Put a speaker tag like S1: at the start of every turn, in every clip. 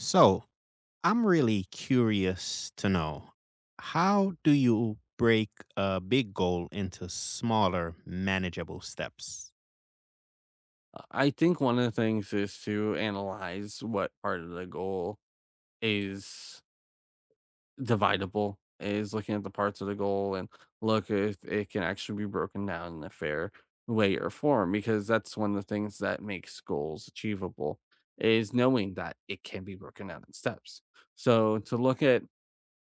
S1: So, I'm really curious to know, how do you break a big goal into smaller, manageable steps?
S2: I think one of the things is to analyze what part of the goal is dividable, is looking at the parts of the goal and look if it can actually be broken down in a fair way or form, because that's one of the things that makes goals achievable is knowing that it can be broken down in steps. So to look at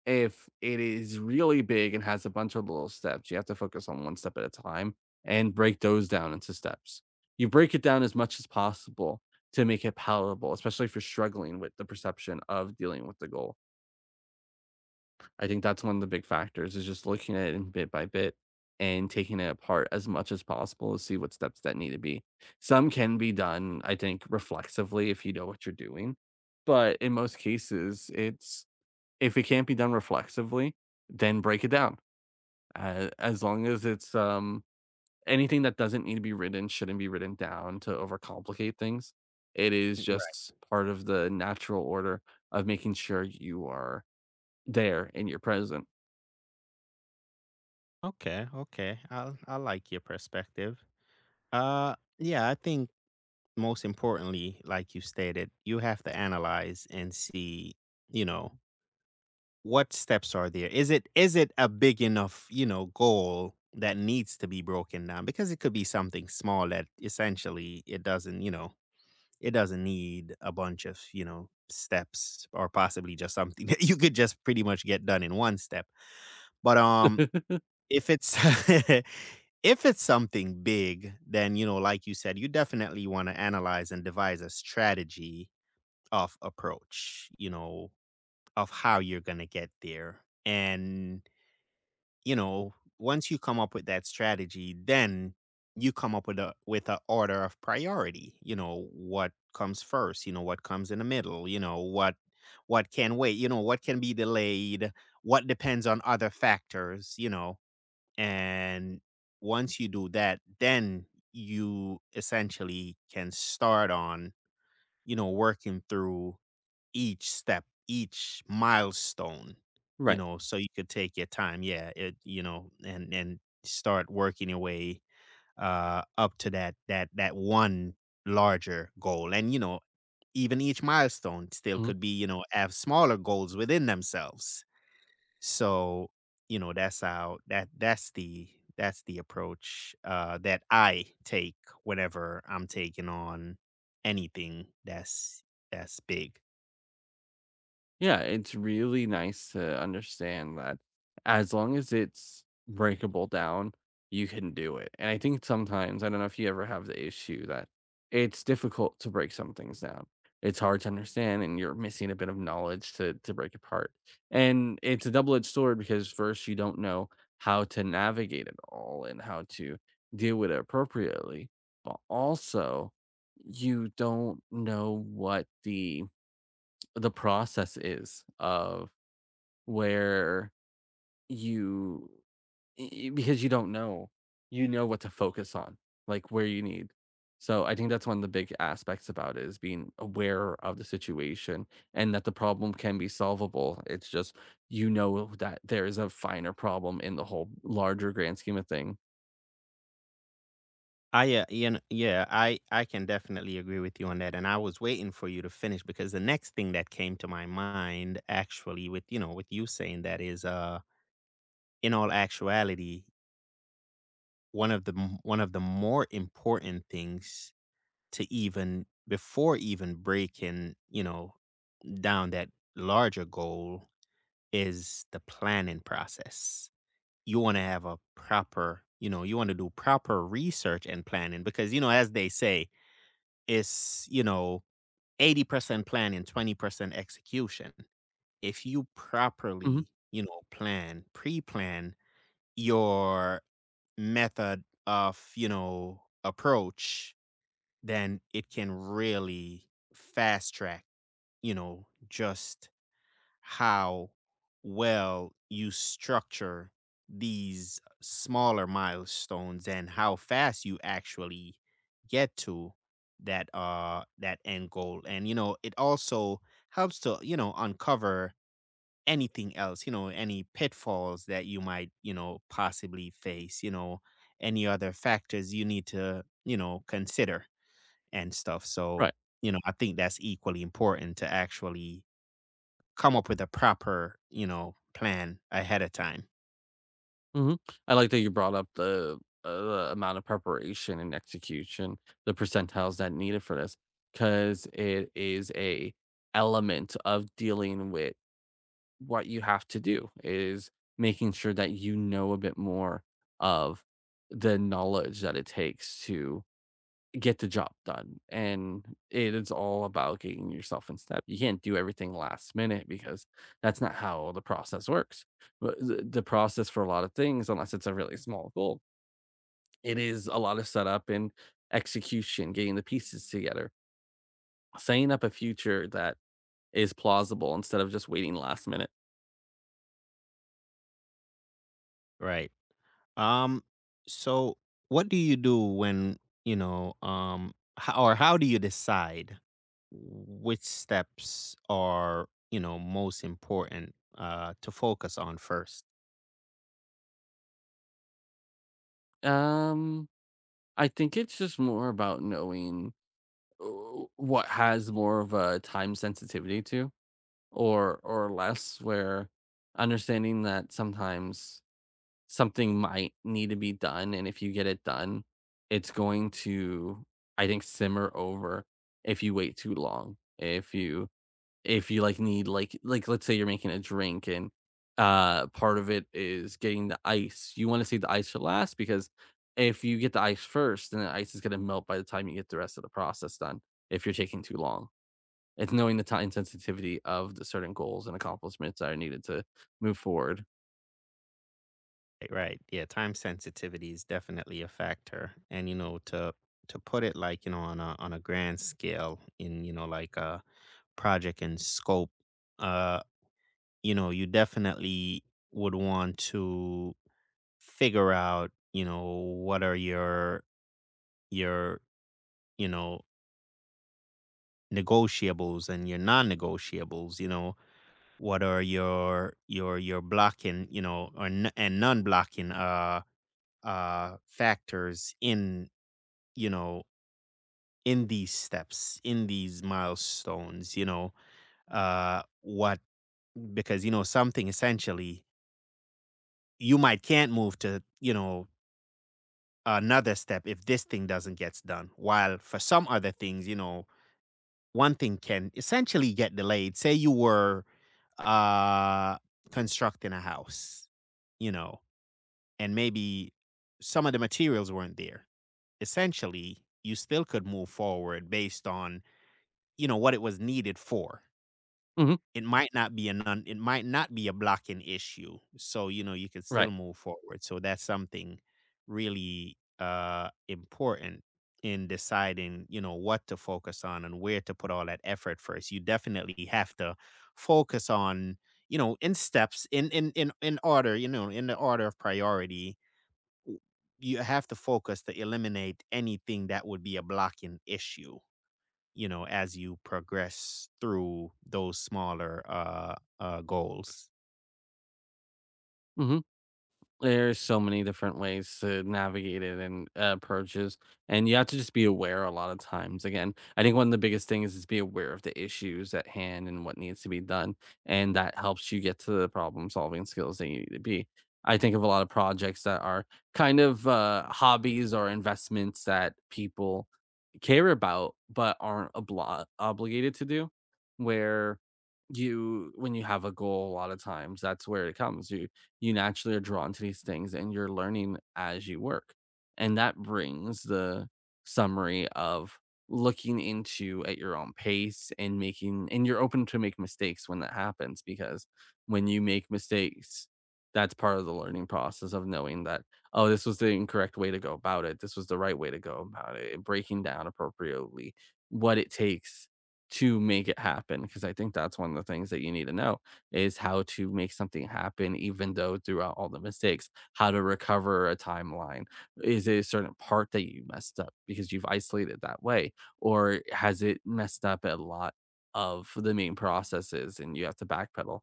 S2: if it is really big and has a bunch of little steps, you have to focus on one step at a time and break those down into steps. You break it down as much as possible to make it palatable, especially if you're struggling with the perception of dealing with the goal. I think that's one of the big factors is just looking at it bit by bit and taking it apart as much as possible to see what steps that need to be. Some can be done, I think, reflexively if you know what you're doing. But in most cases, it's if it can't be done reflexively, then break it down. As long as it's anything that doesn't need to be written shouldn't be written down to overcomplicate things. It is
S1: Right.
S2: just part of the natural order of making sure you are there and you're present.
S1: Okay. Okay. I like your perspective. Yeah. I think most importantly, like you stated, you have to analyze and see, you know, what steps are there. Is it a big enough, you know, goal that needs to be broken down? Because it could be something small that essentially it doesn't, you know. It doesn't need a bunch of, you know, steps, or possibly just something that you could just pretty much get done in one step. But, if it's if it's something big, then, you know, like you said, you definitely wanna analyze and devise a strategy of approach, you know, of how you're gonna get there. And you know, once you come up with that strategy, then you come up with a order of priority. You know, what comes first, you know, what comes in the middle, you know, what can wait, you know, what can be delayed, what depends on other factors, you know. And once you do that, then you essentially can start on, you know, working through each step, each milestone, you
S2: Right.
S1: know, so you could take your time, yeah, it you know, and start working your way, up to that one larger goal, and, you know, even each milestone still
S2: Mhm.
S1: could be, you know, have smaller goals within themselves. So, you know, that's how that that's the approach, that I take whenever I'm taking on anything that's big.
S2: Yeah, it's really nice to understand that as long as it's breakable down, you can do it. And I think sometimes, I don't know if you ever have the issue that it's difficult to break some things down. It's hard to understand and you're missing a bit of knowledge to break apart. And it's a double-edged sword because first you don't know how to navigate it all and how to deal with it appropriately, but also you don't know what the process is of where you because you don't know you know what to focus on, like where you need. So I think that's one of the big aspects about it is being aware of the situation and that the problem can be solvable. It's just, you know, that there is a finer problem in the whole larger grand scheme of thing.
S1: I you know, yeah, I can definitely agree with you on that, and I was waiting for you to finish because the next thing that came to my mind, actually, with you know, with you saying that is, in all actuality, one of the more important things to even before even breaking, you know, down that larger goal is the planning process. You want to have a proper, you know, you want to do proper research and planning because you know, as they say is, you know, 80% planning, 20% execution. If you
S2: Mhm.
S1: properly, you know, plan, pre-plan your method of, you know, approach, then it can really fast track, you know, just how well you structure these smaller milestones and how fast you actually get to that that end goal. And you know it also helps to you know uncover anything else, you know, any pitfalls that you might you know possibly face, you know, any other factors you need to you know consider and stuff. So
S2: Right.
S1: you know I think that's equally important to actually come up with a proper, you know, plan ahead of time,
S2: Mhm. I like that you brought up the amount of preparation and execution, the percentiles that needed for this, because it is a element of dealing with what you have to do, is making sure that you know a bit more of the knowledge that it takes to get the job done, and it is all about getting yourself in step. You can't do everything last minute because that's not how the process works. But the process for a lot of things, unless it's a really small goal, it is a lot of setup and execution, getting the pieces together, setting up a future that is plausible instead of just waiting last minute.
S1: right? Um, so what do you do when, you know, how, or how do you decide which steps are, you know, most important to focus on first?
S2: Um, I think it's just more about knowing what has more of a time sensitivity to, or less, where understanding that sometimes something might need to be done, and if you get it done, it's going to, I think, simmer over if you wait too long. If you if you, like, need, like, let's say you're making a drink and, part of it is getting the ice. You wanna save the ice for last because if you get the ice first, then the ice is gonna melt by the time you get the rest of the process done if you're taking too long. It's knowing the time sensitivity of the certain goals and accomplishments that are needed to move forward.
S1: Right. Right. Yeah. Time sensitivity is definitely a factor. And, you know, to put it like, you know, on a grand scale in, you know, like a project and scope, uh, you know, you definitely would want to figure out, you know, what are your, you know, negotiables and your non-negotiables, you know, what are your blocking, you know, and non-blocking uh factors in, you know, in these steps, in these milestones, you know, what, because you know something essentially you might can't move to, you know, another step if this thing doesn't gets done. While for some other things you know one thing can essentially get delayed. Say you were uh constructing a house, you know, and maybe some of the materials weren't there, essentially you still could move forward based on you know what it was needed for.
S2: Mhm.
S1: It might not be a non it might not be a blocking issue, so, you know, you can still
S2: Right.
S1: move forward, so that's something really, important in deciding, you know, what to focus on and where to put all that effort first. You definitely have to focus on, you know, in steps, in order, you know, in the order of priority, w you have to focus to eliminate anything that would be a blocking issue, you know, as you progress through those smaller goals.
S2: Mhm. There's so many different ways to navigate it and approaches, and you have to just be aware a lot of times. Again, I think one of the biggest things is be aware of the issues at hand and what needs to be done, and that helps you get to the problem solving skills that you need to be. I think of a lot of projects that are kind of hobbies or investments that people care about but aren't obligated to do, where you when you have a goal a lot of times that's where it comes. You naturally are drawn to these things and you're learning as you work. And that brings the summary of looking into at your own pace and making and you're open to make mistakes when that happens, because when you make mistakes, that's part of the learning process of knowing that, oh, this was the incorrect way to go about it, this was the right way to go about it, and breaking down appropriately what it takes to make it happen, because I think that's one of the things that you need to know is how to make something happen even though throughout all the mistakes. How to recover a timeline, is it a certain part that you messed up because you've isolated that way, or has it messed up a lot of the main processes and you have to backpedal?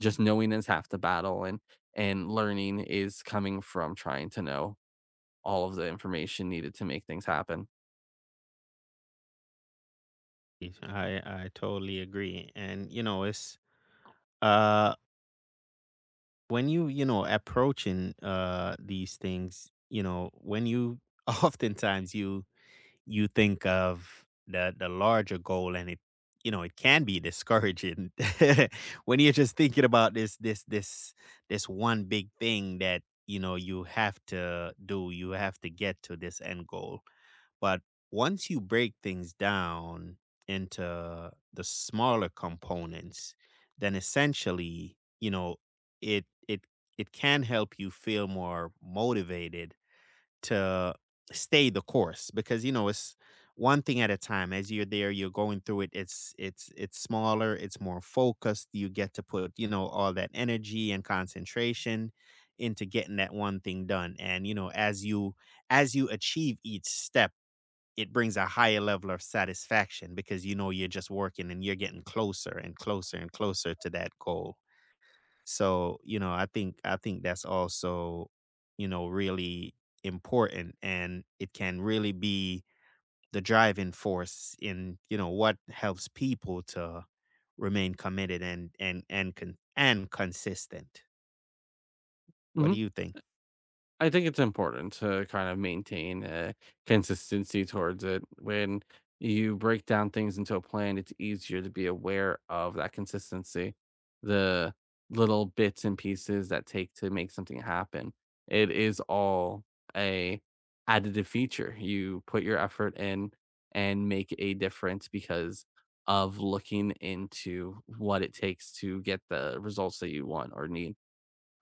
S2: Just knowing is half the battle, and learning is coming from trying to know all of the information needed to make things happen.
S1: I totally agree, and you know, it's uh when you know approaching these things, you know, when you oftentimes you you think of the larger goal, and it you know it can be discouraging. When you're just thinking about this this one big thing that you know you have to do, you have to get to this end goal. But once you break things down into the smaller components, then essentially, you know, it it it can help you feel more motivated to stay the course because you know it's one thing at a time. As you're there you're going through it, it's it's smaller, it's more focused, you get to put you know all that energy and concentration into getting that one thing done. And you know as you achieve each step it brings a higher level of satisfaction because you know you're just working and you're getting closer and closer and closer to that goal. So, you know, I think that's also, you know, really important, and it can really be the driving force in, you know, what helps people to remain committed and and consistent. What do
S2: Mhm.
S1: you think?
S2: I think it's important to kind of maintain a consistency towards it. When you break down things into a plan, it's easier to be aware of that consistency, the little bits and pieces that take to make something happen. It is all a additive feature. You put your effort in and make a difference because of looking into what it takes to get the results that you want or need.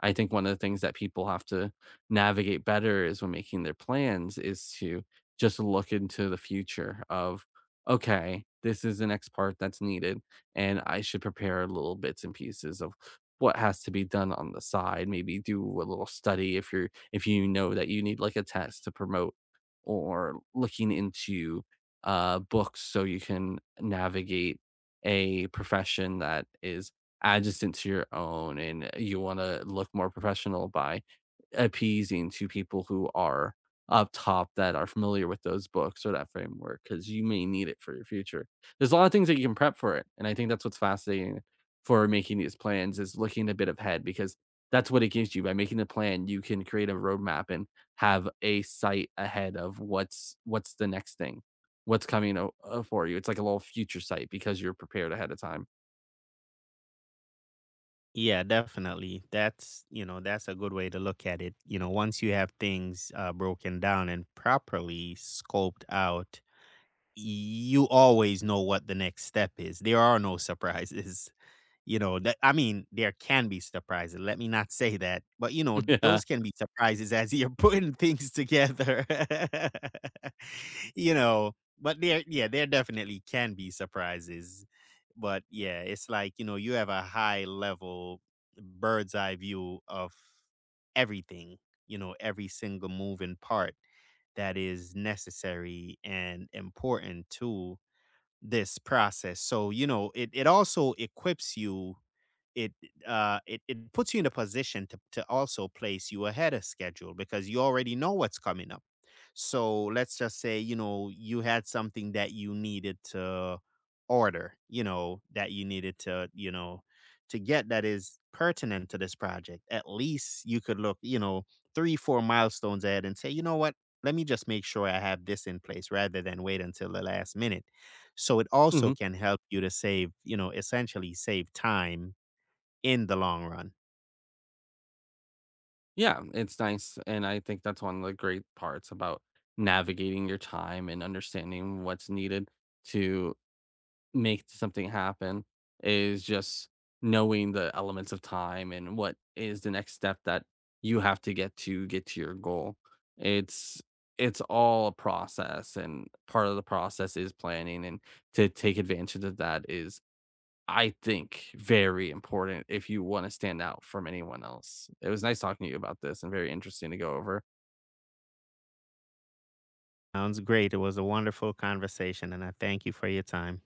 S2: I think one of the things that people have to navigate better is when making their plans is to just look into the future of, okay, this is the next part that's needed, and I should prepare little bits and pieces of what has to be done on the side. Maybe do a little study if you're if you know that you need like a test to promote, or looking into books so you can navigate a profession that is adjacent to your own and you want to look more professional by appeasing to people who are up top that are familiar with those books or that framework because you may need it for your future. There's a lot of things that you can prep for it. And I think that's what's fascinating for making these plans is looking a bit ahead, because that's what it gives you. By making the plan you can create a roadmap and have a sight ahead of what's the next thing, what's coming for you. It's like a little future sight because you're prepared ahead of time.
S1: Yeah, definitely. That's, you know, that's a good way to look at it. You know, once you have things broken down and properly scoped out, you always know what the next step is. There are no surprises. You know, that I mean, there can be surprises, let me not say that, but, you know,
S2: Yeah.
S1: those can be surprises as you're putting things together. You know, but there yeah, there definitely can be surprises, but, yeah, it's like, you know, you have a high level bird's eye view of everything, you know, every single moving part that is necessary and important to this process. So, you know, it also equips you it it, it puts you in a position to also place you ahead of schedule because you already know what's coming up. So let's just say you know you had something that you needed to order, you know, that you needed to you know to get, that is pertinent to this project. At least you could look you know 3, 4 milestones ahead and say you know what, let me just make sure I have this in place rather than wait until the last minute. So it also can help you to save you know essentially save time in the long run.
S2: Yeah, it's nice, and I think that's one of the great parts about navigating your time and understanding what's needed to make something happen is just knowing the elements of time and what is the next step that you have to get to get to your goal. It's it's all a process and part of the process is planning, and to take advantage of that is, I think, very important if you wanna stand out from anyone else. It was nice talking to you about this and very interesting to go over.
S1: Sounds great. It was a wonderful conversation, and I thank you for your time.